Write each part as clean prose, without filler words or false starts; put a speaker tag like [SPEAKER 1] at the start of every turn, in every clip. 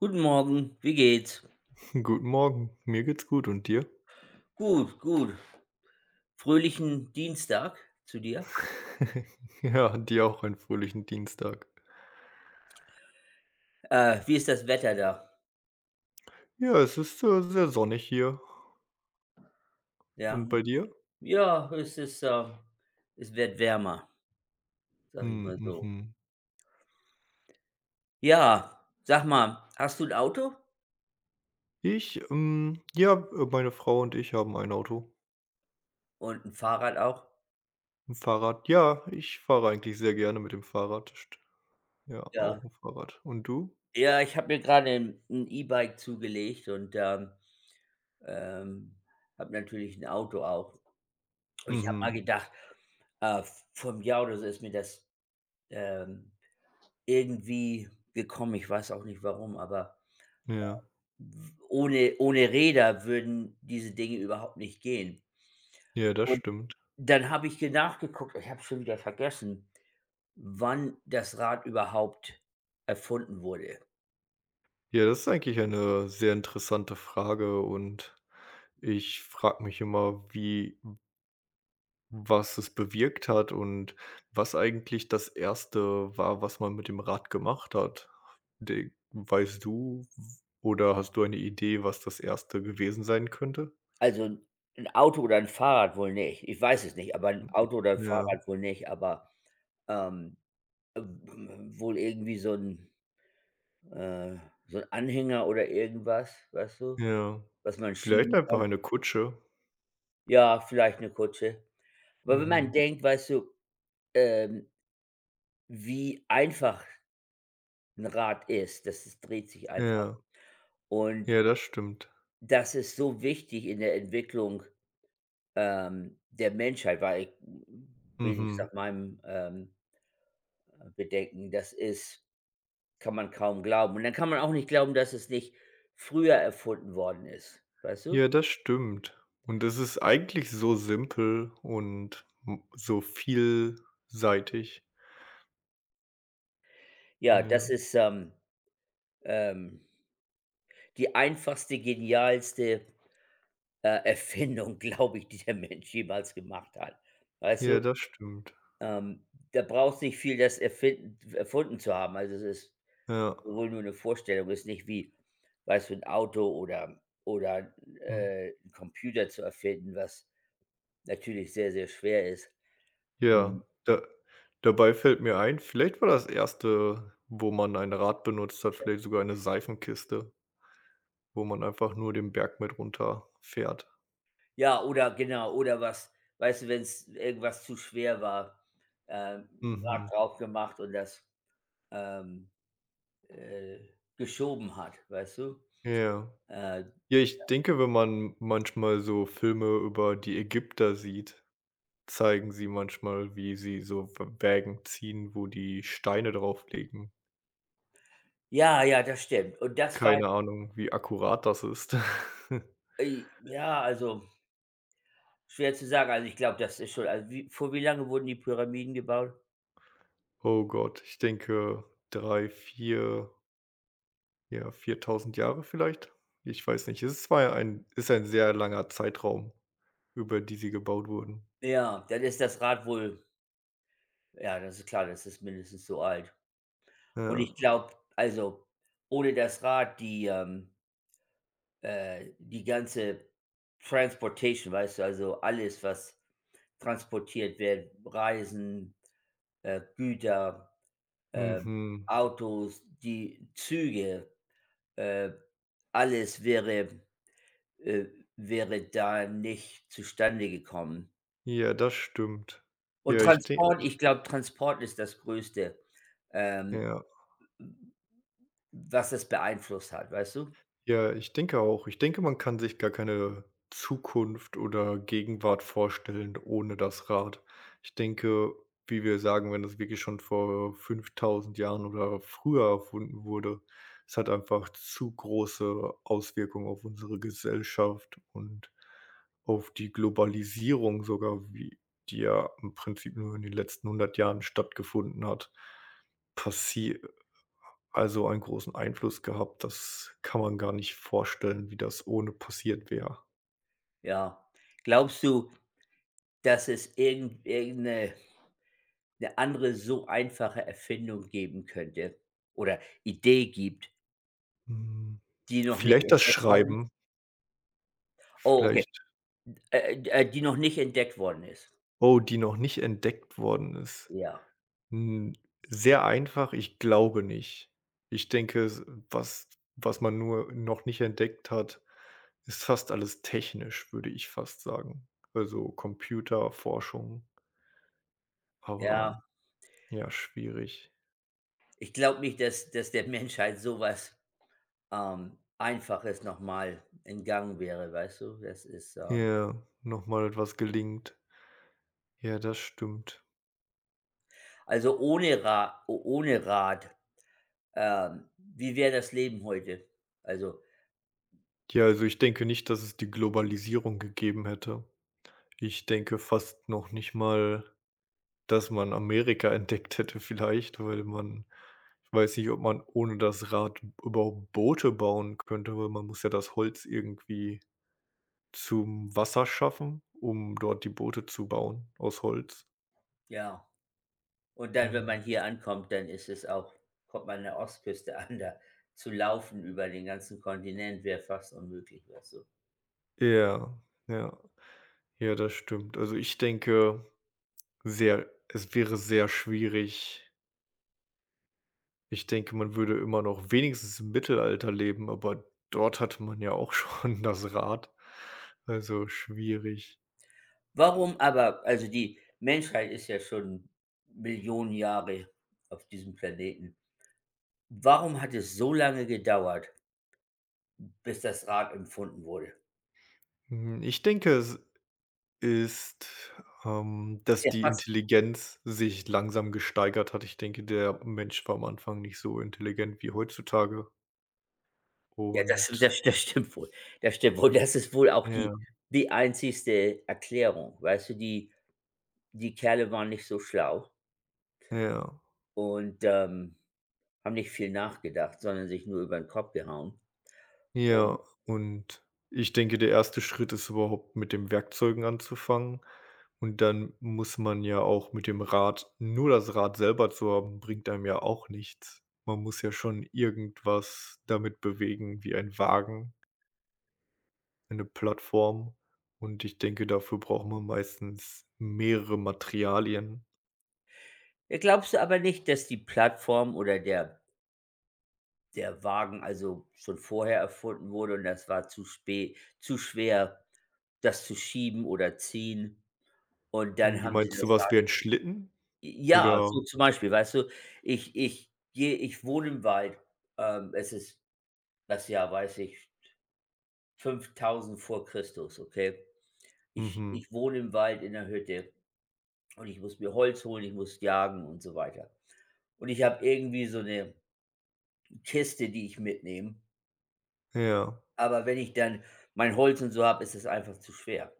[SPEAKER 1] Guten Morgen, wie geht's?
[SPEAKER 2] Guten Morgen, mir geht's gut und dir?
[SPEAKER 1] Gut, gut. Fröhlichen Dienstag zu dir.
[SPEAKER 2] Ja, dir auch einen fröhlichen Dienstag.
[SPEAKER 1] Wie ist das Wetter da?
[SPEAKER 2] Ja, es ist, sehr sonnig hier.
[SPEAKER 1] Ja,
[SPEAKER 2] Und bei dir?
[SPEAKER 1] ja, es ist, es wird wärmer, sag ich
[SPEAKER 2] Hm,
[SPEAKER 1] mal so.
[SPEAKER 2] mhm.
[SPEAKER 1] Ja, sag mal, hast du ein Auto?
[SPEAKER 2] Ich, ja, meine Frau und ich haben ein Auto,
[SPEAKER 1] Und ein Fahrrad auch?
[SPEAKER 2] ein Fahrrad. Ja, ich fahre eigentlich sehr gerne mit dem Fahrrad. St Ja,
[SPEAKER 1] Ja.
[SPEAKER 2] auch ein Fahrrad. Und du?
[SPEAKER 1] Ja, ich habe mir gerade ein 'n E-Bike zugelegt und, ähm, habe natürlich ein Auto auch. Und ich habe mal
[SPEAKER 2] Mhm.
[SPEAKER 1] gedacht, äh, vor 'm Jahr oder so ist mir das, ähm, irgendwie gekommen. Ich weiß auch nicht warum, aber
[SPEAKER 2] Ja.
[SPEAKER 1] ohne Räder würden diese Dinge überhaupt nicht gehen.
[SPEAKER 2] Ja, das
[SPEAKER 1] Und
[SPEAKER 2] stimmt.
[SPEAKER 1] dann habe ich ge nachgeguckt, ich habe schon wieder vergessen, wann das Rad überhaupt erfunden wurde.
[SPEAKER 2] Ja, das ist eigentlich eine sehr interessante Frage und ich frage mich immer, wie Was es bewirkt hat und was eigentlich das erste war, was man mit dem Rad gemacht hat. De Weißt du oder hast du eine Idee, was das erste gewesen sein könnte?
[SPEAKER 1] Also ein Auto oder ein Fahrrad wohl nicht. Ich weiß es nicht, aber ein
[SPEAKER 2] Hm.
[SPEAKER 1] Auto oder ein
[SPEAKER 2] Ja,
[SPEAKER 1] Fahrrad wohl nicht, aber, ähm, wohl irgendwie äh so ein Anhänger oder irgendwas, weißt du,
[SPEAKER 2] ja.
[SPEAKER 1] was man
[SPEAKER 2] Vielleicht
[SPEAKER 1] schieben
[SPEAKER 2] einfach
[SPEAKER 1] kann.
[SPEAKER 2] eine Kutsche.
[SPEAKER 1] Ja, vielleicht eine Kutsche. Aber wenn man
[SPEAKER 2] Mhm.
[SPEAKER 1] denkt, weißt du, ähm wie einfach 'n Rad ist. Das es dreht sich einfach.
[SPEAKER 2] Ja,
[SPEAKER 1] Und
[SPEAKER 2] ja, das stimmt.
[SPEAKER 1] das ist so wichtig in der Entwicklung, der Menschheit, weil ich wenigstens
[SPEAKER 2] Mhm.
[SPEAKER 1] nach meinem, Bedenken, das ist kann man kaum glauben. Und dann kann man auch nicht glauben, dass es nicht früher erfunden worden ist, weißt du?
[SPEAKER 2] Ja, das stimmt. Und es ist eigentlich so simpel und m so vielseitig.
[SPEAKER 1] Ja, das
[SPEAKER 2] Ja.
[SPEAKER 1] ist, ähm, die einfachste, genialste, Erfindung, glaube ich, die der Mensch jemals gemacht hat, weißt
[SPEAKER 2] Ja,
[SPEAKER 1] du?
[SPEAKER 2] das stimmt.
[SPEAKER 1] Ähm, Da braucht's nicht viel das erfinden erfunden zu haben. Also, es ist
[SPEAKER 2] Ja.
[SPEAKER 1] wohl nur eine Vorstellung, ist nicht wie, weißt du, ein Auto oder oder,
[SPEAKER 2] Mhm.
[SPEAKER 1] äh, 'n Computer zu erfinden, was natürlich sehr, sehr schwer ist.
[SPEAKER 2] Ja,
[SPEAKER 1] Mhm.
[SPEAKER 2] da dabei fällt mir ein, vielleicht war das erste, wo man ein Rad benutzt hat, vielleicht sogar eine Seifenkiste, wo man einfach nur den Berg mit runterfährt.
[SPEAKER 1] Ja, oder genau, oder was weißt du, wenn es irgendwas zu schwer war, 'n Rad
[SPEAKER 2] Mhm.
[SPEAKER 1] drauf gemacht und das, ähm, äh, geschoben hat, weißt du?
[SPEAKER 2] Ja.
[SPEAKER 1] Äh,
[SPEAKER 2] Ja, ich denke, wenn man manchmal so Filme über die Ägypter sieht, zeigen sie manchmal, wie sie so W Wägen ziehen, wo die Steine drauflegen.
[SPEAKER 1] ja, ja, das stimmt. Und das war,
[SPEAKER 2] Keine Ahnung, wie akkurat das ist.
[SPEAKER 1] ja, also schwer zu sagen. Also, ich glaube, das ist schon, also wie lange wurden die Pyramiden gebaut?
[SPEAKER 2] Oh Gott, ich denke 3, 4. Ja, 4.000 Jahre vielleicht? Ich weiß nicht. Es war ja ein ist ein sehr langer Zeitraum, über die sie gebaut wurden.
[SPEAKER 1] Ja, dann ist das Rad wohl, ja, das ist klar, das ist mindestens so alt. Und ich
[SPEAKER 2] Ja.
[SPEAKER 1] glaube, also, ohne das Rad, die ganze Transportation, weißt du, also, alles, was transportiert wird, Reisen, Güter, äh,
[SPEAKER 2] Mhm.
[SPEAKER 1] Autos, die Züge, äh, alles äh, wäre da nicht zustande gekommen.
[SPEAKER 2] Ja, das stimmt.
[SPEAKER 1] Und
[SPEAKER 2] Ja, ich denke
[SPEAKER 1] Transport ich glaube, Transport ist das Größte, ähm,
[SPEAKER 2] ja.
[SPEAKER 1] was das beeinflusst hat, weißt du?
[SPEAKER 2] Ja, ich denke auch. Ich denke, man kann sich gar keine Zukunft oder Gegenwart vorstellen ohne das Rad. Ich denke, wie wir sagen, wenn das wirklich schon vor 5.000 Jahren oder früher erfunden wurde, es hat einfach zu große Auswirkungen auf unsere Gesellschaft und auf die Globalisierung sogar, wie die ja im Prinzip nur in den letzten 100 Jahren stattgefunden hat. Passi Also, einen großen Einfluss gehabt, das kann man gar nicht vorstellen, wie das ohne passiert wäre.
[SPEAKER 1] Ja. Glaubst du, dass es irgend eine andere so einfache Erfindung geben könnte oder Idee gibt,
[SPEAKER 2] Hm,
[SPEAKER 1] die noch nicht
[SPEAKER 2] vielleicht das
[SPEAKER 1] entdeckt worden ist?
[SPEAKER 2] Schreiben,
[SPEAKER 1] Oh, okay.
[SPEAKER 2] vielleicht.
[SPEAKER 1] Die noch nicht entdeckt worden ist.
[SPEAKER 2] Oh, die noch nicht entdeckt worden ist.
[SPEAKER 1] Ja,
[SPEAKER 2] Hm, sehr einfach, ich glaube nicht. Ich denke, s was was man nur noch nicht entdeckt hat, ist fast alles technisch, würde ich fast sagen. Also, Computerforschung,
[SPEAKER 1] ja.
[SPEAKER 2] aber ja, schwierig.
[SPEAKER 1] Ich glaube nicht, dass der Menschheit so was, Einfaches noch mal entgangen wäre, weißt du?
[SPEAKER 2] Ja, noch mal etwas gelingt. Ja, das stimmt.
[SPEAKER 1] Also, ohne Rad, ohne Rad, wie wäre das Leben heute? Also,
[SPEAKER 2] Ja, also ich denke nicht, dass es die Globalisierung gegeben hätte. Ich denke fast noch nicht mal, dass man Amerika entdeckt hätte vielleicht, weil man, ich weiß nicht, ob man ohne das Rad überhaupt Boote bauen könnte, weil man muss ja das Holz irgendwie zum Wasser schaffen, um dort die Boote zu bauen aus Holz.
[SPEAKER 1] ja. Und dann, wenn
[SPEAKER 2] Und
[SPEAKER 1] man hier ankommt, dann ist es auch kommt man an der Ostküste an. Da zu laufen über den ganzen Kontinent wäre fast unmöglich, weißt du?
[SPEAKER 2] ja, ja, ja, das stimmt. Also ich denke sehr es wäre sehr schwierig. Ich denke, man würde immer noch wenigstens im Mittelalter leben, aber dort hatte man ja auch schon das Rad. Also, schwierig.
[SPEAKER 1] Warum, aber also, die Menschheit ist ja schon Millionen Jahre auf diesem Planeten. Warum hat es so lange gedauert, bis das Rad erfunden wurde?
[SPEAKER 2] Hm, ich denke, es ist,
[SPEAKER 1] Ist
[SPEAKER 2] dass
[SPEAKER 1] ja
[SPEAKER 2] die
[SPEAKER 1] fast
[SPEAKER 2] Intelligenz sich langsam gesteigert hat. Ich denke, der Mensch war am Anfang nicht so intelligent wie heutzutage
[SPEAKER 1] Ja, das
[SPEAKER 2] und
[SPEAKER 1] das stimmt wohl. Das stimmt wohl. Das ist wohl auch
[SPEAKER 2] ja,
[SPEAKER 1] die einzigste Erklärung, weißt du, die Kerle waren nicht so schlau
[SPEAKER 2] ja.
[SPEAKER 1] und, haben nicht viel nachgedacht, sondern sich nur über den Kopf gehauen. Und
[SPEAKER 2] Ja, und ich denke, der erste Schritt ist überhaupt mit den Werkzeugen anzufangen. Und dann muss man ja auch mit dem Rad, nur das Rad selber zu haben, bringt einem ja auch nichts. Man muss ja schon irgendwas damit bewegen, wie ein Wagen, eine Plattform. Und ich denke, dafür braucht man meistens mehrere Materialien.
[SPEAKER 1] da glaubst du aber nicht, dass die Plattform oder der Wagen also schon vorher erfunden wurde und das war zu spät, zu schwer, das zu schieben oder ziehen. Und
[SPEAKER 2] Hm,
[SPEAKER 1] dann
[SPEAKER 2] du
[SPEAKER 1] haben sie
[SPEAKER 2] meinst
[SPEAKER 1] das.
[SPEAKER 2] sowas wie ein Schlitten?
[SPEAKER 1] Ja, so
[SPEAKER 2] Oder
[SPEAKER 1] zum Beispiel, weißt du, ich wohne im Wald, es ist das Jahr, weiß ich, 5000 vor Christus, okay?
[SPEAKER 2] mhm,
[SPEAKER 1] Ich wohne im Wald in 'ner Hütte. Und ich muss mir Holz holen, ich muss jagen und so weiter. Und ich habe irgendwie so eine Kiste, die ich mitnehme.
[SPEAKER 2] ja.
[SPEAKER 1] Aber wenn ich dann mein Holz und so habe, ist es einfach zu schwer.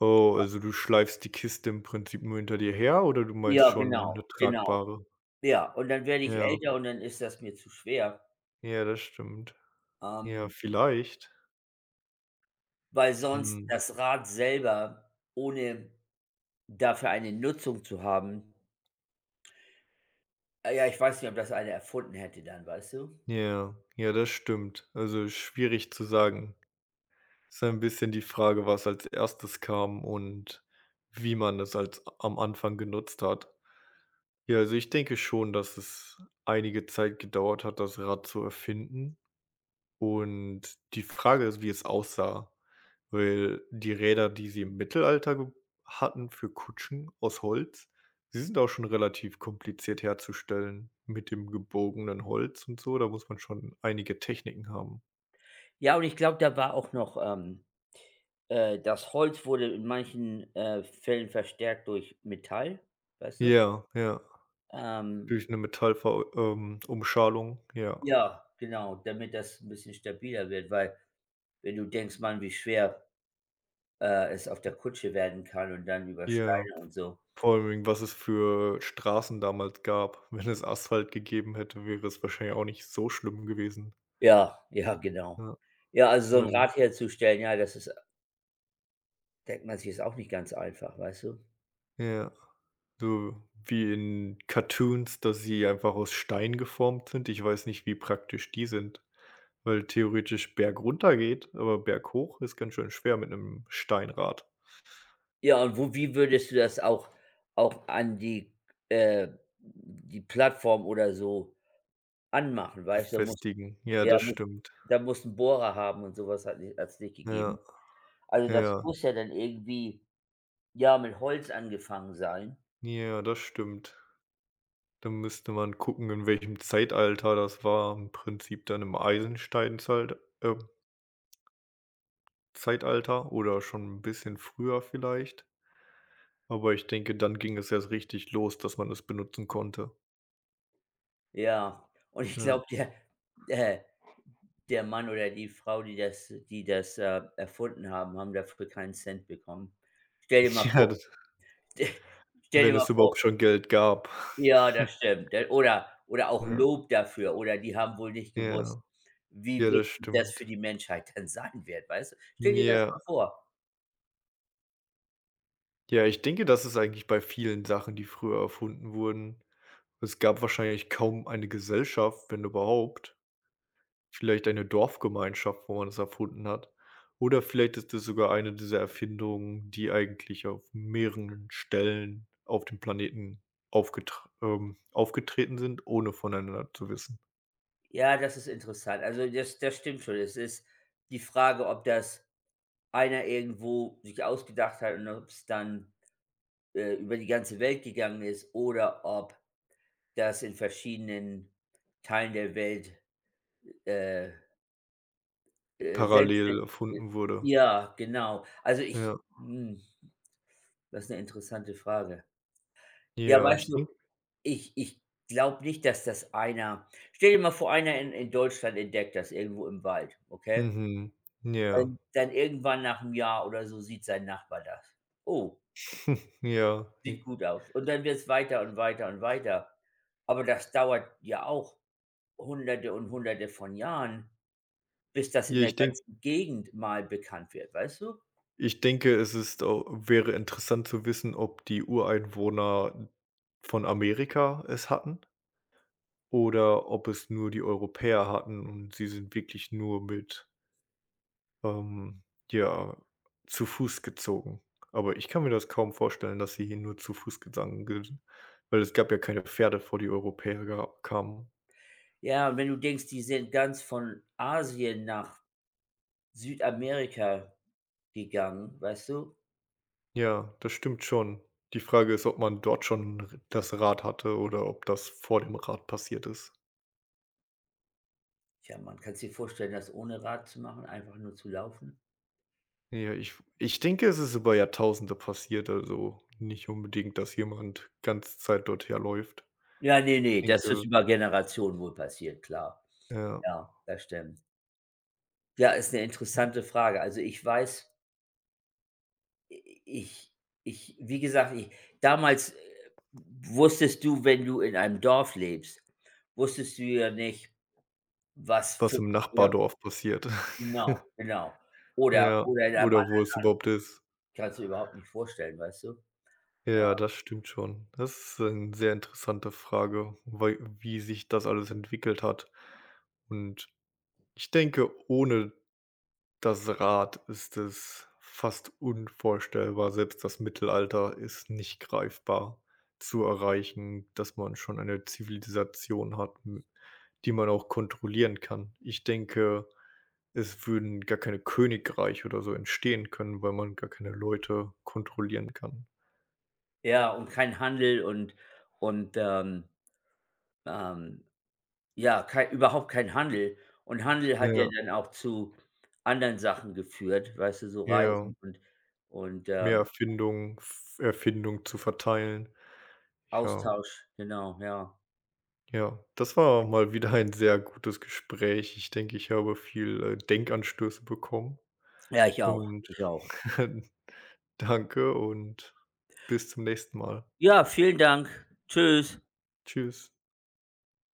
[SPEAKER 2] Oh, also du schleifst die Kiste im Prinzip nur hinter dir her oder du meinst
[SPEAKER 1] Ja,
[SPEAKER 2] schon 'ne
[SPEAKER 1] genau, genau.
[SPEAKER 2] tragbare?
[SPEAKER 1] Ja, und dann werde ich
[SPEAKER 2] Ja,
[SPEAKER 1] älter und dann ist das mir zu schwer,
[SPEAKER 2] ja, das stimmt. Ja,
[SPEAKER 1] ähm,
[SPEAKER 2] vielleicht.
[SPEAKER 1] weil sonst
[SPEAKER 2] Mhm.
[SPEAKER 1] das Rad selber, ohne dafür eine Nutzung zu haben, ah ja, ich weiß nicht, ob das einer erfunden hätte dann, weißt du?
[SPEAKER 2] Ja, ja, das stimmt. Also, schwierig zu sagen. Ist ein bisschen die Frage, was als Erstes kam und wie man es als am Anfang genutzt hat. Ja, also ich denke schon, dass es einige Zeit gedauert hat, das Rad zu erfinden und die Frage ist, wie es aussah. Weil die Räder, die sie im Mittelalter ge hatten für Kutschen aus Holz, sie sind auch schon relativ kompliziert herzustellen mit dem gebogenen Holz und so. Da muss man schon einige Techniken haben.
[SPEAKER 1] Ja, und ich glaube, da war auch noch, das Holz wurde in manchen, Fällen verstärkt durch Metall, weißt du?
[SPEAKER 2] Ja, ja,
[SPEAKER 1] Ähm,
[SPEAKER 2] durch eine Metallver Umschalung, ja.
[SPEAKER 1] ja, genau, damit das ein bisschen stabiler wird, weil wenn du denkst: „Mann, wie schwer, es auf der Kutsche werden kann und dann über
[SPEAKER 2] Ja,
[SPEAKER 1] Steine und so."
[SPEAKER 2] vor allem, was es für Straßen damals gab. Wenn es Asphalt gegeben hätte, wäre es wahrscheinlich auch nicht so schlimm gewesen.
[SPEAKER 1] Ja, ja, genau.
[SPEAKER 2] Ja,
[SPEAKER 1] Ja, also so ein
[SPEAKER 2] man
[SPEAKER 1] Rad herzustellen, ja, das ist denkt man sich, ist auch nicht ganz einfach, weißt du?
[SPEAKER 2] ja. So wie in Cartoons, dass sie einfach aus Stein geformt sind. Ich weiß nicht, wie praktisch die sind, weil theoretisch bergunter geht, aber berghoch ist ganz schön schwer mit 'nem Steinrad
[SPEAKER 1] Ja, und wo wie würdest du das auch an die, äh die Plattform oder so anmachen, weißt du?
[SPEAKER 2] befestigen. Ja,
[SPEAKER 1] Ja,
[SPEAKER 2] das
[SPEAKER 1] musst
[SPEAKER 2] stimmt.
[SPEAKER 1] Da muss ein Bohrer haben, und sowas hat ni hat's nicht
[SPEAKER 2] Ja,
[SPEAKER 1] gegeben. Also, das
[SPEAKER 2] ja,
[SPEAKER 1] muss ja dann irgendwie, ja, mit Holz angefangen sein.
[SPEAKER 2] ja, das stimmt. Da müsste man gucken, in welchem Zeitalter das war. Im Prinzip dann im Eisensteinzalt Zeitalter oder schon 'n bisschen früher vielleicht. Aber ich denke, dann ging es erst richtig los, dass man es benutzen konnte.
[SPEAKER 1] Ja, und ich
[SPEAKER 2] Ja.
[SPEAKER 1] glaube, der äh, der Mann oder die Frau, die das, erfunden haben, haben dafür keinen Cent bekommen. Stell dir mal
[SPEAKER 2] Ja,
[SPEAKER 1] vor.
[SPEAKER 2] das
[SPEAKER 1] Stell dir
[SPEAKER 2] wenn
[SPEAKER 1] mal
[SPEAKER 2] es
[SPEAKER 1] vor,
[SPEAKER 2] überhaupt schon Geld gab.
[SPEAKER 1] ja, das stimmt. D oder auch
[SPEAKER 2] Ja,
[SPEAKER 1] Lob dafür, oder die haben wohl nicht gewusst,
[SPEAKER 2] ja, ja,
[SPEAKER 1] wie
[SPEAKER 2] das
[SPEAKER 1] wichtig das für
[SPEAKER 2] stimmt.
[SPEAKER 1] die Menschheit dann sein wird, weißt du? Stell dir das
[SPEAKER 2] Ja,
[SPEAKER 1] mal vor.
[SPEAKER 2] ja, ich denke, das ist eigentlich bei vielen Sachen, die früher erfunden wurden. Es gab wahrscheinlich kaum eine Gesellschaft, wenn überhaupt. Vielleicht eine Dorfgemeinschaft, wo man es erfunden hat. Oder vielleicht ist es sogar eine dieser Erfindungen, die eigentlich auf mehreren Stellen auf dem Planeten aufgetra aufgetreten sind, ohne voneinander zu wissen.
[SPEAKER 1] Ja, das ist interessant. Also, das stimmt schon. Es ist die Frage, ob das einer irgendwo sich ausgedacht hat und ob es dann, über die ganze Welt gegangen ist, oder ob das in verschiedenen Teilen der Welt, äh,
[SPEAKER 2] Parallel
[SPEAKER 1] selbstständig — äh,
[SPEAKER 2] erfunden wurde.
[SPEAKER 1] ja, genau. Also,
[SPEAKER 2] Ja.
[SPEAKER 1] das ist eine interessante Frage. Ja,
[SPEAKER 2] Ja,
[SPEAKER 1] weißt
[SPEAKER 2] ich
[SPEAKER 1] du,
[SPEAKER 2] denke
[SPEAKER 1] ich ich glaube nicht, dass das einer — stell dir mal vor, einer in Deutschland entdeckt das irgendwo im Wald, okay?
[SPEAKER 2] mhm. Ja,
[SPEAKER 1] Dann irgendwann nach einem Jahr oder so sieht sein Nachbar das. „Oh,
[SPEAKER 2] ja.
[SPEAKER 1] sieht
[SPEAKER 2] J
[SPEAKER 1] gut aus." Und dann wird es weiter und weiter und weiter. Aber das dauert ja auch Hunderte und Hunderte von Jahren, bis das in
[SPEAKER 2] Ja,
[SPEAKER 1] der
[SPEAKER 2] ich denke
[SPEAKER 1] ganzen Gegend mal bekannt wird, weißt du?
[SPEAKER 2] ich denke, es ist au wäre interessant zu wissen, ob die Ureinwohner von Amerika es hatten oder ob es nur die Europäer hatten und sie sind wirklich nur mit, ähm, ja, zu Fuß gezogen. Aber ich kann mir das kaum vorstellen, dass sie hier nur zu Fuß gegangen sind, weil es gab ja keine Pferde, vor die Europäer ga kamen.
[SPEAKER 1] Ja, und wenn du denkst, die sind ganz von Asien nach Südamerika gegangen, weißt du?
[SPEAKER 2] Ja, das stimmt schon. Die Frage ist, ob man dort schon r das Rad hatte oder ob das vor dem Rad passiert ist.
[SPEAKER 1] Tja, man kann sich vorstellen, das ohne Rad zu machen, einfach nur zu laufen?
[SPEAKER 2] Ja, ich denke, es ist über Jahrtausende passiert, also nicht unbedingt, dass jemand ganze Zeit dort herläuft.
[SPEAKER 1] Ja, nee,
[SPEAKER 2] Ich
[SPEAKER 1] nee, das ist
[SPEAKER 2] denke,
[SPEAKER 1] über Generationen wohl passiert, klar.
[SPEAKER 2] ja,
[SPEAKER 1] Ja, das stimmt. Ja, ist eine interessante Frage. Also, ich weiß, i ich ich, wie gesagt, ich damals, wusstest du, wenn du in einem Dorf lebst, wusstest du ja nicht, was
[SPEAKER 2] was
[SPEAKER 1] für —
[SPEAKER 2] im
[SPEAKER 1] ja,
[SPEAKER 2] Nachbardorf passiert.
[SPEAKER 1] genau, genau.
[SPEAKER 2] Ja,
[SPEAKER 1] Oder in einem
[SPEAKER 2] oder
[SPEAKER 1] anderen —
[SPEAKER 2] wo es überhaupt ist.
[SPEAKER 1] kannst du dir überhaupt nicht vorstellen, weißt du? Äh,
[SPEAKER 2] Ja, das stimmt schon. Das ist eine sehr interessante Frage, wei wie sich das alles entwickelt hat. Und ich denke, ohne das Rad ist es fast unvorstellbar. Selbst das Mittelalter ist nicht greifbar zu erreichen, dass man schon eine Zivilisation hat, m die man auch kontrollieren kann. Ich denke, es würden gar keine Königreiche oder so entstehen können, weil man gar keine Leute kontrollieren kann.
[SPEAKER 1] ja, und kein Handel und, und, ähm, ähm, ja, kei überhaupt kein Handel. Und Handel hat ja
[SPEAKER 2] Ja,
[SPEAKER 1] dann auch zu anderen Sachen geführt, weißt du, so
[SPEAKER 2] ja,
[SPEAKER 1] Reisen und und,
[SPEAKER 2] mehr
[SPEAKER 1] ähm
[SPEAKER 2] Erfindungen, f Erfindung zu verteilen. Ja.
[SPEAKER 1] Austausch, genau, ja.
[SPEAKER 2] Ja, das war mal wieder ein sehr gutes Gespräch. Ich denke, ich habe viel, Denkanstöße bekommen
[SPEAKER 1] Ja, ich auch,
[SPEAKER 2] und
[SPEAKER 1] ich auch.
[SPEAKER 2] danke und bis zum nächsten Mal.
[SPEAKER 1] Ja, vielen Dank. Tschüss.
[SPEAKER 2] Tschüss.